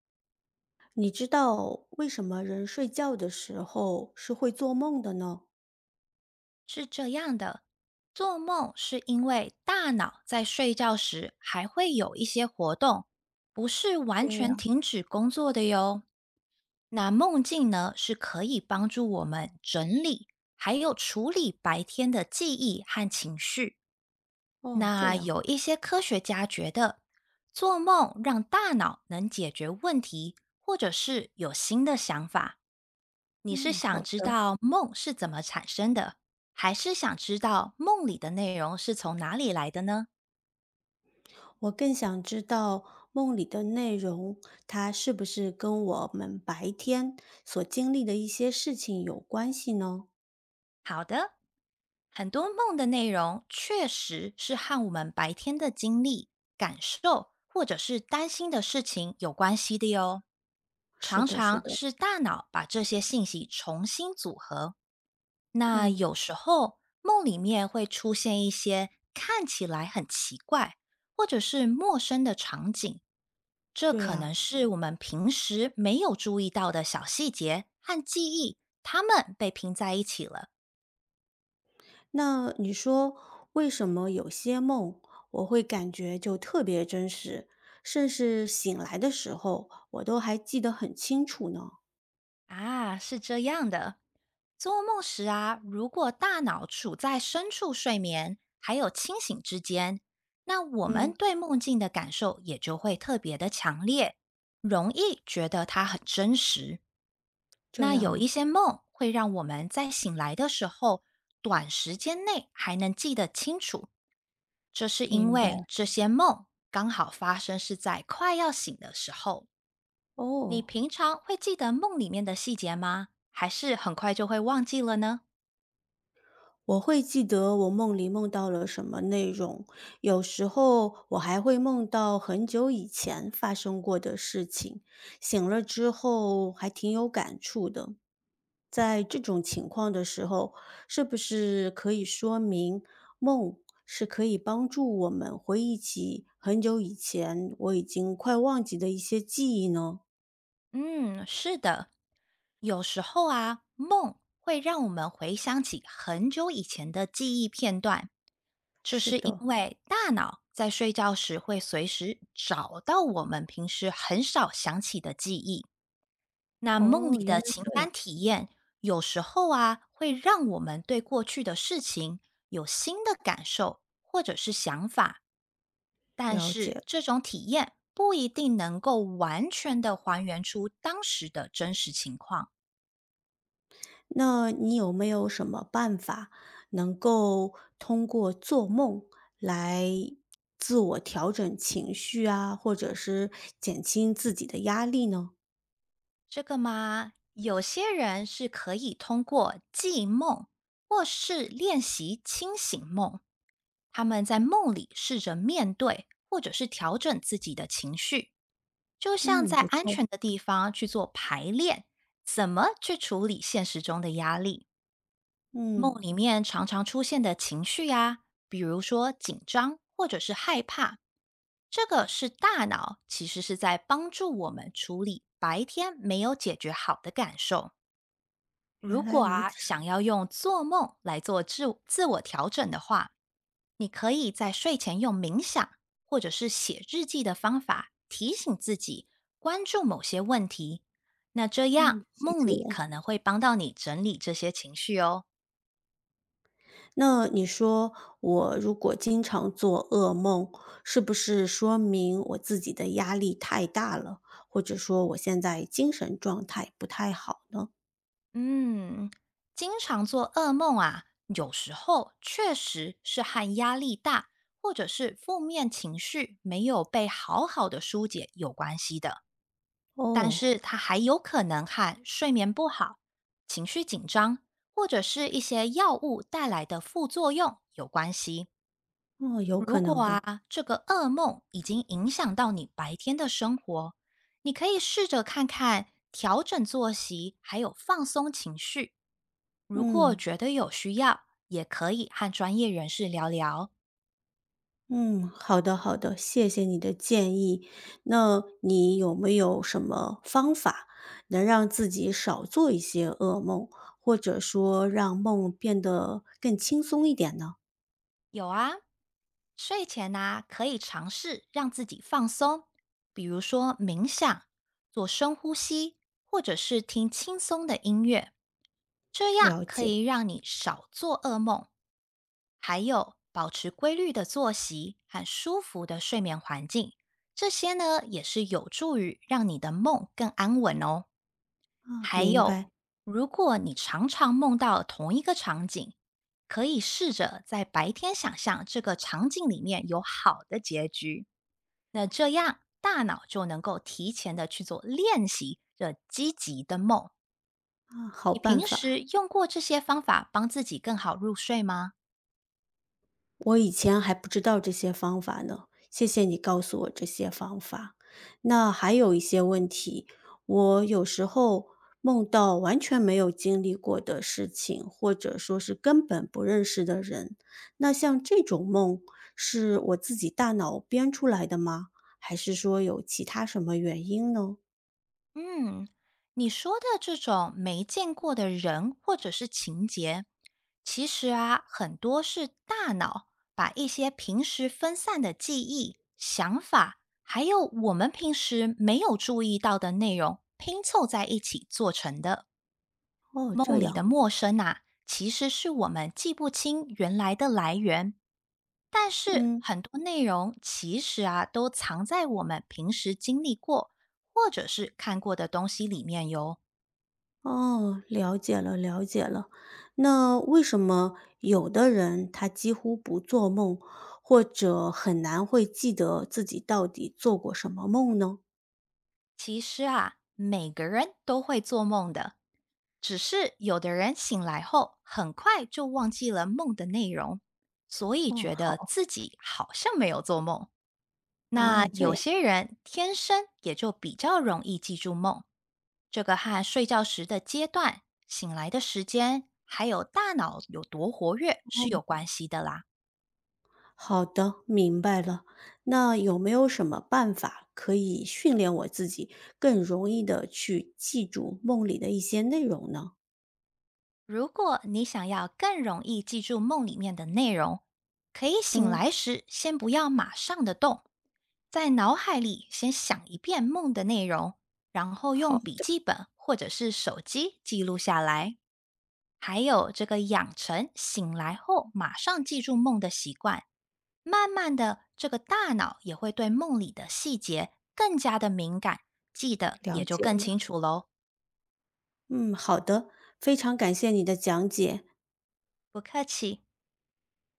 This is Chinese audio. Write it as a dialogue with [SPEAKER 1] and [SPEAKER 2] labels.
[SPEAKER 1] 你知道为什么人睡觉的时候是会做梦的呢？
[SPEAKER 2] 是这样的，做梦是因为大脑在睡觉时还会有一些活动，不是完
[SPEAKER 1] 对呀，
[SPEAKER 2] 全停止工作的哟。那梦境呢，是可以帮助我们整理，还有处理白天的记忆和情绪。
[SPEAKER 1] 哦，这
[SPEAKER 2] 那
[SPEAKER 1] 样，
[SPEAKER 2] 有一些科学家觉得，做梦让大脑能解决问题，或者是有新的想法。你是
[SPEAKER 1] 嗯，
[SPEAKER 2] 想
[SPEAKER 1] 好
[SPEAKER 2] 知
[SPEAKER 1] 的。
[SPEAKER 2] 道梦是怎么产生的，还是想知道梦里的内容是从哪里来的呢？
[SPEAKER 1] 我更想知道梦里的内容，它是不是跟我们白天所经历的一些事情有关系呢？
[SPEAKER 2] 好的，很多梦的内容确实是和我们白天的经历、感受或者是担心的事情有关系的哟。
[SPEAKER 1] 是
[SPEAKER 2] 常
[SPEAKER 1] 的，是
[SPEAKER 2] 常
[SPEAKER 1] 的，
[SPEAKER 2] 是大脑把这些信息重新组合。那
[SPEAKER 1] 嗯，
[SPEAKER 2] 有时候梦里面会出现一些看起来很奇怪或者是陌生的场景。这
[SPEAKER 1] 对
[SPEAKER 2] 可能
[SPEAKER 1] 呀。
[SPEAKER 2] 是我们平时没有注意到的小细节和记忆，它们被拼在一起了。
[SPEAKER 1] 那你说，为什么有些梦我会感觉就特别真实，甚至醒来的时候我都还记得很清楚呢？
[SPEAKER 2] 啊，是这样的。做梦时啊，如果大脑处在深处睡眠还有清醒之间，那我们
[SPEAKER 1] 嗯，
[SPEAKER 2] 对梦境的感受也就会特别的强烈，容易觉得它很真实。
[SPEAKER 1] 这
[SPEAKER 2] 那
[SPEAKER 1] 样
[SPEAKER 2] 有一
[SPEAKER 1] 啊
[SPEAKER 2] 些梦会让我们在醒来的时候，短时间内还能记得清楚，这是因
[SPEAKER 1] 明白，
[SPEAKER 2] 为这些梦刚好发生是在快要醒的时候。你
[SPEAKER 1] 哦，
[SPEAKER 2] 平常会记得梦里面的细节吗？还是很快就会忘记了呢？
[SPEAKER 1] 我会记得我梦里梦到了什么内容，有时候我还会梦到很久以前发生过的事情，醒了之后还挺有感触的。在这种情况的时候，是不是可以说明梦是可以帮助我们回忆起很久以前我已经快忘记的一些记忆呢？
[SPEAKER 2] 嗯，是的，有时候啊，梦会让我们回想起很久以前的记忆片段，这
[SPEAKER 1] 是
[SPEAKER 2] 是因
[SPEAKER 1] 的，
[SPEAKER 2] 为大脑在睡觉时会随时找到我们平时很少想起的记忆。那梦里
[SPEAKER 1] 哦，原
[SPEAKER 2] 的
[SPEAKER 1] 来
[SPEAKER 2] 情
[SPEAKER 1] 这
[SPEAKER 2] 感
[SPEAKER 1] 样，
[SPEAKER 2] 体验，有时候啊，会让我们对过去的事情有新的感受或者是想法，但
[SPEAKER 1] 了
[SPEAKER 2] 是
[SPEAKER 1] 解。
[SPEAKER 2] 这种体验不一定能够完全的还原出当时的真实情况。
[SPEAKER 1] 那你有没有什么办法能够通过做梦来自我调整情绪啊，或者是减轻自己的压力呢？
[SPEAKER 2] 这个嘛，有些人是可以通过记梦或是练习清醒梦，他们在梦里试着面对或者是调整自己的情绪。就像
[SPEAKER 1] 嗯，
[SPEAKER 2] 在
[SPEAKER 1] 不
[SPEAKER 2] 安
[SPEAKER 1] 错。
[SPEAKER 2] 全的地方去做排练，怎么去处理现实中的压力？
[SPEAKER 1] 嗯，
[SPEAKER 2] 梦里面常常出现的情绪呀、比如说紧张或者是害怕，这个是大脑其实是在帮助我们处理白天没有解决好的感受。如
[SPEAKER 1] 原来
[SPEAKER 2] 果
[SPEAKER 1] 如
[SPEAKER 2] 啊，
[SPEAKER 1] 此。
[SPEAKER 2] 想要用做梦来做自我调整的话，你可以在睡前用冥想或者是写日记的方法提醒自己关注某些问题。那这样
[SPEAKER 1] 嗯，记
[SPEAKER 2] 梦
[SPEAKER 1] 住
[SPEAKER 2] 里可
[SPEAKER 1] 了。
[SPEAKER 2] 能会帮到你整理这些情绪哦。
[SPEAKER 1] 那你说我如果经常做噩梦，是不是说明我自己的压力太大了，或者说我现在精神状态不太好呢？
[SPEAKER 2] 嗯，经常做噩梦啊，有时候确实是和压力大或者是负面情绪没有被好好的疏解有关系的。但
[SPEAKER 1] 哦，
[SPEAKER 2] 是它还有可能和睡眠不好、情绪紧张或者是一些药物带来的副作用有关系。
[SPEAKER 1] 哦，有
[SPEAKER 2] 如
[SPEAKER 1] 可
[SPEAKER 2] 果
[SPEAKER 1] 能的。
[SPEAKER 2] 啊，这个噩梦已经影响到你白天的生活，你可以试着看看调整作息，还有放松情绪。如果
[SPEAKER 1] 嗯。
[SPEAKER 2] 觉得有需要，也可以和专业人士聊聊。
[SPEAKER 1] 嗯，好的好的，谢谢你的建议。那你有没有什么方法能让自己少做一些噩梦，或者说让梦变得更轻松一点呢？
[SPEAKER 2] 有啊，睡前呐、可以尝试让自己放松，比如说冥想、做深呼吸，或者是听轻松的音乐，这样
[SPEAKER 1] 了
[SPEAKER 2] 可
[SPEAKER 1] 解，
[SPEAKER 2] 以让你少做噩梦，还有保持规律的作息和舒服的睡眠环境，这些呢也是有助于让你的梦更安稳哦。
[SPEAKER 1] 啊，
[SPEAKER 2] 还
[SPEAKER 1] 明
[SPEAKER 2] 有，
[SPEAKER 1] 白，
[SPEAKER 2] 如果你常常梦到同一个场景，可以试着在白天想象这个场景里面有好的结局，那这样大脑就能够提前的去做练习这积极的梦。
[SPEAKER 1] 啊，好
[SPEAKER 2] 你
[SPEAKER 1] 办
[SPEAKER 2] 平时
[SPEAKER 1] 法。
[SPEAKER 2] 用过这些方法帮自己更好入睡吗？
[SPEAKER 1] 我以前还不知道这些方法呢，谢谢你告诉我这些方法。那还有一些问题，我有时候梦到完全没有经历过的事情，或者说是根本不认识的人，那像这种梦是我自己大脑编出来的吗？还是说有其他什么原因呢？
[SPEAKER 2] 嗯，你说的这种没见过的人或者是情节，其实啊，很多是大脑把一些平时分散的记忆、想法，还有我们平时没有注意到的内容拼凑在一起做成的。
[SPEAKER 1] 哦，这
[SPEAKER 2] 梦里的
[SPEAKER 1] 样，
[SPEAKER 2] 陌生啊，其实是我们记不清原来的来源，但是
[SPEAKER 1] 嗯。
[SPEAKER 2] 很多内容其实啊，都藏在我们平时经历过或者是看过的东西里面哟。
[SPEAKER 1] 哦，了解了，了解了。那为什么有的人他几乎不做梦，或者很难会记得自己到底做过什么梦呢？
[SPEAKER 2] 其实啊，每个人都会做梦的，只是有的人醒来后很快就忘记了梦的内容，所以
[SPEAKER 1] 哦，
[SPEAKER 2] 觉得
[SPEAKER 1] 好
[SPEAKER 2] 自己好像没有做梦。那
[SPEAKER 1] 啊，这
[SPEAKER 2] 有
[SPEAKER 1] 样
[SPEAKER 2] 些人天生也就比较容易记住梦，这个和睡觉时的阶段、醒来的时间，还有大脑有多活跃是
[SPEAKER 1] 哦，
[SPEAKER 2] 有关系的啦。
[SPEAKER 1] 好的，明白了。那有没有什么办法可以训练我自己更容易的去记住梦里的一些内容呢？
[SPEAKER 2] 如果你想要更容易记住梦里面的内容，可以醒
[SPEAKER 1] 嗯，
[SPEAKER 2] 来时先不要马上的动，在脑海里先想一遍梦的内容，然后用
[SPEAKER 1] 好
[SPEAKER 2] 笔
[SPEAKER 1] 的，
[SPEAKER 2] 记本或者是手机记录下来。还有这个养成醒来后马上记住梦的习惯，慢慢的，这个大脑也会对梦里的细节更加的敏感，记得
[SPEAKER 1] 了
[SPEAKER 2] 也就
[SPEAKER 1] 解
[SPEAKER 2] 更清
[SPEAKER 1] 了。
[SPEAKER 2] 楚喽。
[SPEAKER 1] 嗯，好的，非常感谢你的讲解。
[SPEAKER 2] 不客气。